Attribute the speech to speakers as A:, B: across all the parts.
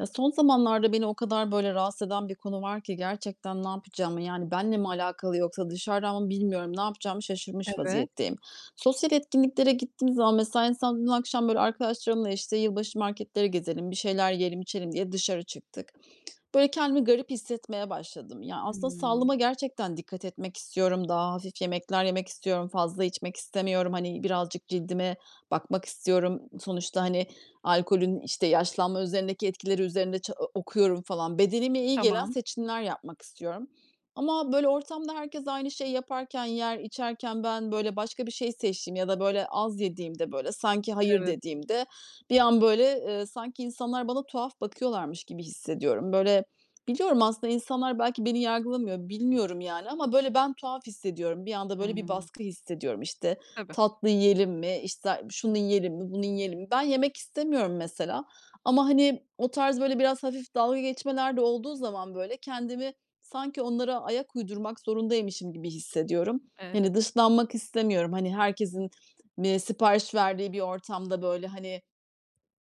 A: Ya, son zamanlarda beni o kadar, böyle, rahatsız eden bir konu var ki gerçekten ne yapacağımı, yani, benle mi alakalı yoksa dışarıdan mı bilmiyorum, ne yapacağımı şaşırmış
B: Evet.
A: vaziyetteyim. Sosyal etkinliklere gittiğim zaman mesela insan dün akşam, böyle, arkadaşlarımla, işte, yılbaşı marketleri gezelim, bir şeyler yiyelim, içelim diye dışarı çıktık. Böyle, kendimi garip hissetmeye başladım. Yani aslında
B: Hımm.
A: sağlığıma gerçekten dikkat etmek istiyorum. Daha hafif yemekler yemek istiyorum. Fazla içmek istemiyorum. Hani, birazcık cildime bakmak istiyorum. Sonuçta, hani, alkolün, işte, yaşlanma üzerindeki etkileri üzerinde ça okuyorum falan. Bedenime iyi gelen
B: Tamam.
A: seçimler yapmak istiyorum. Ama, böyle, ortamda herkes aynı şeyi yaparken, yer, içerken ben, böyle, başka bir şey seçtiğim ya da, böyle, az yediğimde, böyle, sanki hayır
B: Evet.
A: dediğimde bir an böyle, sanki insanlar bana tuhaf bakıyorlarmış gibi hissediyorum. Böyle, biliyorum aslında insanlar belki beni yargılamıyor, bilmiyorum yani ama böyle ben tuhaf hissediyorum. Bir anda böyle bir
B: Hımm.
A: baskı hissediyorum. İşte
B: Tabii.
A: tatlı yiyelim mi, işte, şunu yiyelim mi, bunu yiyelim mi? Ben yemek istemiyorum mesela ama, hani, o tarz böyle biraz hafif dalga geçmeler de olduğu zaman böyle kendimi sanki onlara ayak uydurmak zorundaymışım gibi hissediyorum.
B: Evet.
A: Hani, dışlanmak istemiyorum. Hani, herkesin, sipariş verdiği bir ortamda böyle, hani,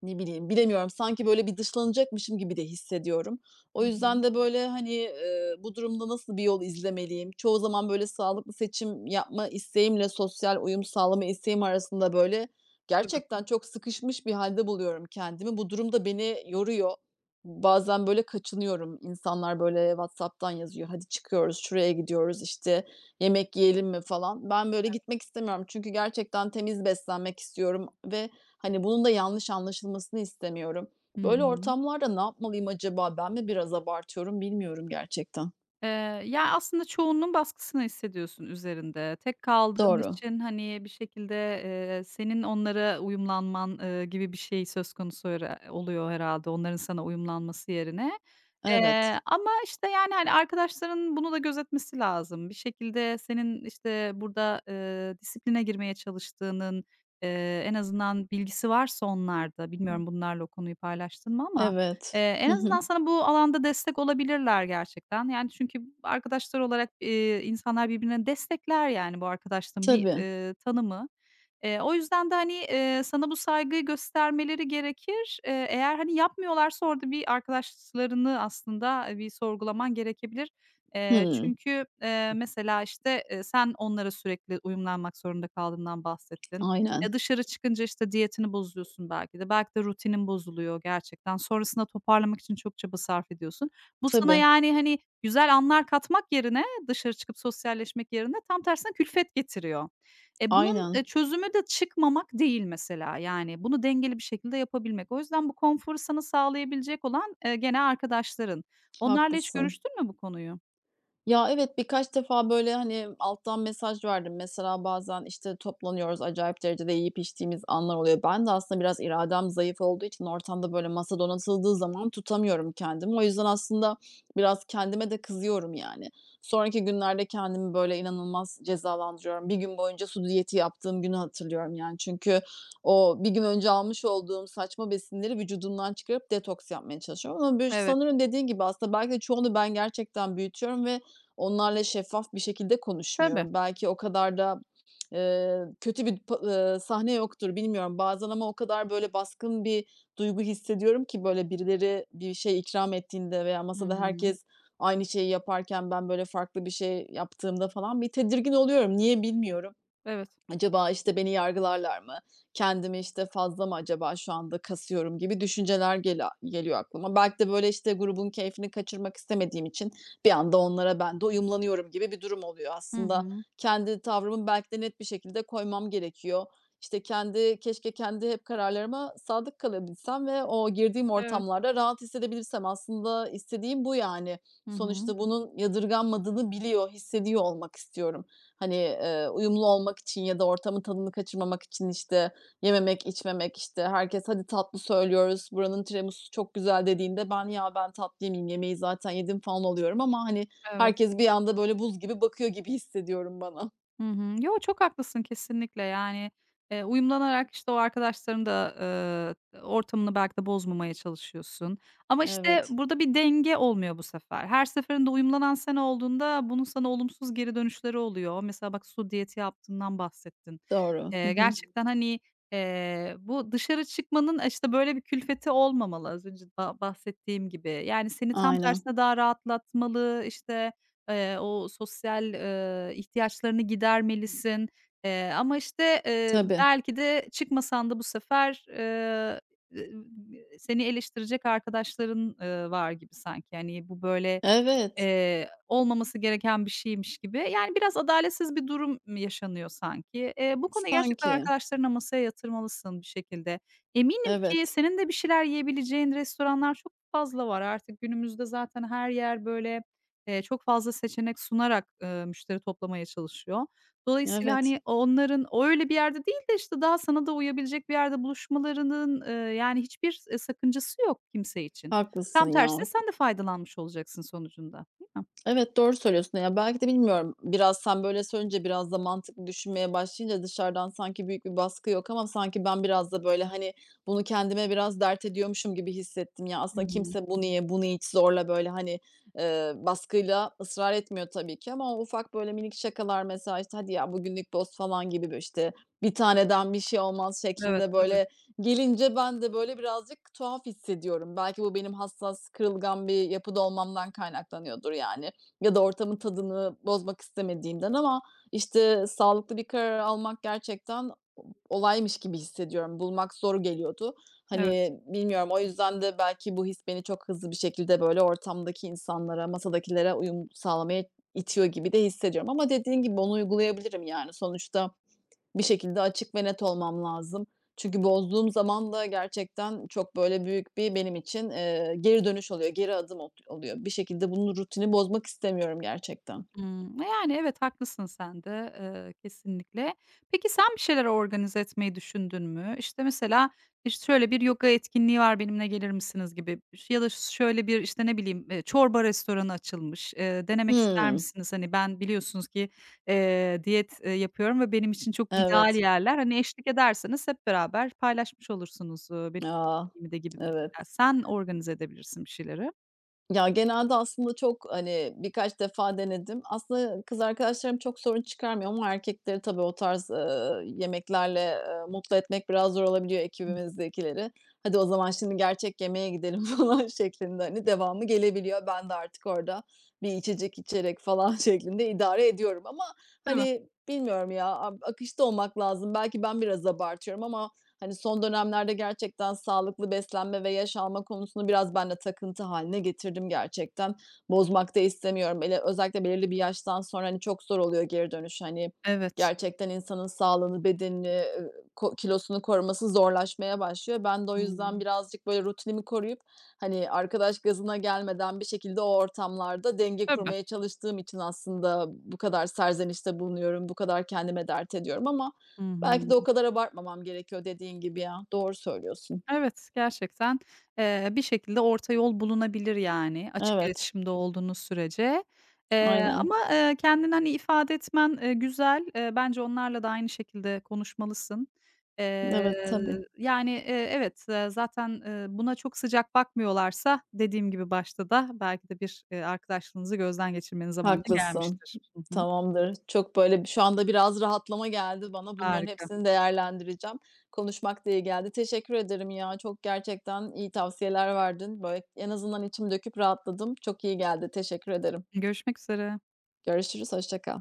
A: ne bileyim, bilemiyorum. Sanki böyle bir dışlanacakmışım gibi de hissediyorum.
B: Hı
A: O yüzden
B: hı.
A: de böyle, hani, bu durumda nasıl bir yol izlemeliyim? Çoğu zaman böyle sağlıklı seçim yapma isteğimle sosyal uyum sağlama isteğim arasında böyle
B: Tabii.
A: gerçekten çok sıkışmış bir halde buluyorum kendimi. Bu durum da beni yoruyor. Bazen böyle kaçınıyorum. İnsanlar böyle WhatsApp'tan yazıyor, "Hadi çıkıyoruz, şuraya gidiyoruz, işte, yemek yiyelim mi?" falan. Ben böyle gitmek istemiyorum çünkü gerçekten temiz beslenmek istiyorum ve hani, bunun da yanlış anlaşılmasını istemiyorum.
B: Hı
A: Böyle
B: hı.
A: ortamlarda ne yapmalıyım acaba? Ben mi biraz abartıyorum bilmiyorum gerçekten.
B: Eee, ya, aslında çoğunluğun baskısını hissediyorsun üzerinde. Tek kaldığın
A: Doğru.
B: için, hani, bir şekilde, senin onlara uyumlanman, gibi bir şey söz konusu hera oluyor herhâlde onların sana uyumlanması yerine.
A: Evet.
B: Ama, işte, yani, hani, arkadaşlarının bunu da gözetmesi lazım. Bir şekilde senin, işte, burada, disipline girmeye çalıştığının, en azından bilgisi varsa onlarda, bilmiyorum bunlarla o konuyu paylaştın mı ama
A: Evet.
B: en
A: Hı
B: azından
A: hı.
B: sana bu alanda destek olabilirler gerçekten. Yani, çünkü arkadaşlar olarak, insanlar birbirini destekler, yani, bu arkadaşlığın bir,
A: Tabii.
B: tanımı. O yüzden de, hani, sana bu saygıyı göstermeleri gerekir. Eğer, hani, yapmıyorlarsa orada bir arkadaşlarını aslında, bir sorgulaman gerekebilir. Eee,
A: Hımm.
B: çünkü, mesela, işte, sen onlara sürekli uyumlanmak zorunda kaldığından bahsettin.
A: Aynen.
B: Dışarı çıkınca, işte, diyetini bozuyorsun belki de. Belki de rutinin bozuluyor gerçekten. Sonrasında toparlamak için çok çaba sarf ediyorsun. Bu sana,
A: Tabii.
B: yani, hani, güzel anlar katmak yerine, dışarı çıkıp sosyalleşmek yerine tam tersine külfet getiriyor. Bunun,
A: Aynen.
B: çözümü de çıkmamak değil mesela, yani, bunu dengeli bir şekilde yapabilmek. O yüzden bu konforu sana sağlayabilecek olan, gene arkadaşların. Onlarla hiç
A: Haklısın.
B: görüştün mü bu konuyu?
A: Ya, evet, birkaç defa, böyle, hani, alttan mesaj verdim. Mesela bazen, işte, toplanıyoruz, acayip derecede yiyip içtiğimiz anlar oluyor. Ben de aslında biraz iradem zayıf olduğu için ortamda, böyle, masa donatıldığı zaman tutamıyorum kendimi. O yüzden aslında biraz kendime de kızıyorum, yani. Sonraki günlerde kendimi, böyle, inanılmaz cezalandırıyorum. Bir gün boyunca su diyeti yaptığım günü hatırlıyorum, yani. Çünkü o bir gün önce almış olduğum saçma besinleri vücudumdan çıkarıp detoks yapmaya çalışıyorum ama bö
B: Evet.
A: sanırım dediğin gibi aslında belki de çoğunu ben gerçekten büyütüyorum ve onlarla şeffaf bir şekilde
B: Tabii.
A: konuşmuyorum. Belki o kadar da, kötü bir pa sahne yoktur bilmiyorum. Bazen ama o kadar böyle baskın bir duygu hissediyorum ki böyle birileri bir şey ikram ettiğinde veya
B: Hı
A: masada
B: hı.
A: herkes aynı şeyi yaparken ben böyle farklı bir şey yaptığımda falan bir tedirgin oluyorum. Niye bilmiyorum.
B: Evet. Evet.
A: Acaba, işte, beni yargılarlar mı? Kendimi, işte, fazla mı acaba şu anda kasıyorum gibi düşünceler gela geliyor aklıma. Belki de, böyle, işte, grubun keyfini kaçırmak istemediğim için bir anda onlara ben de uyumlanıyorum gibi bir durum oluyor.
B: Hı
A: Aslında
B: hı.
A: kendi tavrımı belki de net bir şekilde koymam gerekiyor. İşte, kendi keşke kendi hep kararlarıma sadık kalabilsem ve o girdiğim
B: Evet.
A: ortamlarda rahat hissedebilirsem. Aslında istediğim bu, yani.
B: Hı hı.
A: Sonuçta bunun yadırganmadığını biliyor, hissediyor olmak istiyorum. Hani, uyumlu olmak için ya da ortamın tadını kaçırmamak için, işte, yememek, içmemek, işte, herkes "Hadi tatlı söylüyoruz, buranın tiramisu'su çok güzel." dediğinde ben, "Ya, ben tatlı yemeyeyim, yemeği zaten yedim." falan oluyorum ama, hani,
B: Evet.
A: herkes bir anda böyle buz gibi bakıyor gibi hissediyorum bana.
B: Hı hı. Yo, çok haklısın kesinlikle. Yani, uyumlanarak, işte, o arkadaşların da, ortamını belki de bozmamaya çalışıyorsun. Ama, işte,
A: Evet,
B: burada bir denge olmuyor bu sefer. Her seferinde uyumlanan sen olduğunda bunun sana olumsuz geri dönüşleri oluyor. Mesela bak su diyeti yaptığından bahsettin.
A: doğru. Hı
B: Eee,
A: hı.
B: gerçekten, hani, bu dışarı çıkmanın, işte, böyle bir külfeti olmamalı az önce bahsettiğim gibi. Yani, seni tam
A: Aynen.
B: tersine daha rahatlatmalı, işte. O sosyal, ihtiyaçlarını gidermelisin. Ama, işte,
A: Tabii.
B: belki de çıkmasan da bu sefer, ı ı seni eleştirecek arkadaşların, var gibi sanki. Hani, bu böyle
A: Evet,
B: olmaması gereken bir şeymiş gibi. Yani, biraz adaletsiz bir durum yaşanıyor sanki. Bu konuyu gerçekten
A: sanki.
B: arkadaşlarınla masaya yatırmalısın bir şekilde. Eminim ki
A: Evet,
B: senin de bir şeyler yiyebileceğin restoranlar çok fazla var. Artık günümüzde zaten her yer, böyle, çok fazla seçenek sunarak, müşteri toplamaya çalışıyor. Dolayısıyla,
A: evet.
B: hani, onların o öyle bir yerde değil de, işte, daha sana da uyabilecek bir yerde buluşmalarının, yani, hiçbir, sakıncası yok kimse için.
A: Haklısın
B: Tam
A: ya.
B: tersine sen de faydalanmış olacaksın sonucunda.
A: Evet, doğru söylüyorsun. Ya, belki de bilmiyorum, biraz sen böyle söyleyince, biraz da mantıklı düşünmeye başlayınca dışarıdan sanki büyük bir baskı yok ama sanki ben biraz da böyle, hani, bunu kendime biraz dert ediyormuşum gibi hissettim. Ya,
B: Hı
A: aslında
B: hı.
A: kimse bunu ye, bunu iç zorla böyle, hani, baskıyla ısrar etmiyor tabii ki ama o ufak böyle minik şakalar mesela, işte, "Hadi ya, bugünlük dost." falan gibi, böyle, işte, "Bir taneden bir şey olmaz."
B: Evet,
A: şeklinde
B: tabii.
A: böyle gelince ben de böyle birazcık tuhaf hissediyorum. Belki bu benim hassas, kırılgan bir yapıda olmamdan kaynaklanıyordur yani ya da ortamın tadını bozmak istemediğimden ama, işte, sağlıklı bir karar almak gerçekten olaymış gibi hissediyorum. Bulmak zor geliyordu.
B: Evet.
A: Hani, bilmiyorum, o yüzden de belki bu his beni çok hızlı bir şekilde, böyle, ortamdaki insanlara, masadakilere uyum sağlamaya itiyor gibi de hissediyorum ama dediğin gibi onu uygulayabilirim, yani. Sonuçta bir şekilde açık ve net olmam lazım. Çünkü bozduğum zaman da gerçekten çok böyle büyük bir benim için, geri dönüş oluyor, geri adım ot oluyor. Bir şekilde bunun rutini bozmak istemiyorum gerçekten.
B: Hımm. Yani, evet, haklısın sen de, kesinlikle. Peki sen bir şeyler organize etmeyi düşündün mü? İşte, mesela, işte, şöyle bir yoga etkinliği var, benimle gelir misiniz gibi ya da şöyle bir, işte, ne bileyim, çorba restoranı açılmış, denemek ister
A: Hımm.
B: misiniz? Hani, ben biliyorsunuz ki, diyet, yapıyorum ve benim için çok ideal
A: Evet.
B: yerler. Hani, eşlik ederseniz hep beraber paylaşmış olursunuz,
A: A!
B: benim de gibi mesela.
A: Evet.
B: Sen organize edebilirsin bir şeyleri.
A: Ya, genelde aslında çok, hani, birkaç defa denedim. Aslında kız arkadaşlarım çok sorun çıkarmıyor ama erkekleri tabii o tarz, yemeklerle, mutlu etmek biraz zor olabiliyor
B: Hıı.
A: ekibimizdekileri. "Hadi o zaman şimdi gerçek yemeğe gidelim." falan şeklinde, hani, devamı gelebiliyor. Ben de artık orada bir içecek içerek falan şeklinde idare ediyorum ama, hani, bilmiyorum ya, ab akışta olmak lazım. Belki ben biraz abartıyorum ama hani, son dönemlerde gerçekten sağlıklı beslenme ve yaş alma konusunu biraz ben de takıntı haline getirdim gerçekten. Bozmak da istemiyorum. Ele özellikle belirli bir yaştan sonra, hani, çok zor oluyor geri dönüş. Hani,
B: Evet.
A: gerçekten insanın sağlığını, bedenini, ko kilosunu koruması zorlaşmaya başlıyor. Ben de o yüzden
B: Hımm.
A: birazcık, böyle, rutinimi koruyup, hani, arkadaş gazına gelmeden bir şekilde o ortamlarda denge
B: Tabii.
A: kurmaya çalıştığım için aslında bu kadar serzenişte bulunuyorum, bu kadar kendime dert ediyorum ama
B: Hı
A: belki de o
B: hı.
A: kadar abartmamam gerekiyor dediğin gibi ya. Doğru söylüyorsun.
B: Evet, gerçekten, bir şekilde orta yol bulunabilir, yani, açık
A: Evet,
B: iletişimde olduğunuz sürece. Eee,
A: aynen.
B: ama, kendini, hani, ifade etmen, güzel. Bence onlarla da aynı şekilde konuşmalısın. Eee,
A: Evet, tabii.
B: yani, evet, zaten, buna çok sıcak bakmıyorlarsa dediğim gibi başta da belki de bir, arkadaşlığınızı gözden geçirmenin zamanı
A: Haklısın.
B: gelmiştir. Hı hı.
A: Tamamdır. Çok böyle şu anda biraz rahatlama geldi bana. Bunların
B: Harika.
A: hepsini değerlendireceğim. Konuşmak da iyi geldi. Teşekkür ederim ya. Çok gerçekten iyi tavsiyeler verdin. Böyle en azından içim döküp rahatladım. Çok iyi geldi. Teşekkür ederim.
B: Görüşmek üzere.
A: Görüşürüz. Hoşça kal.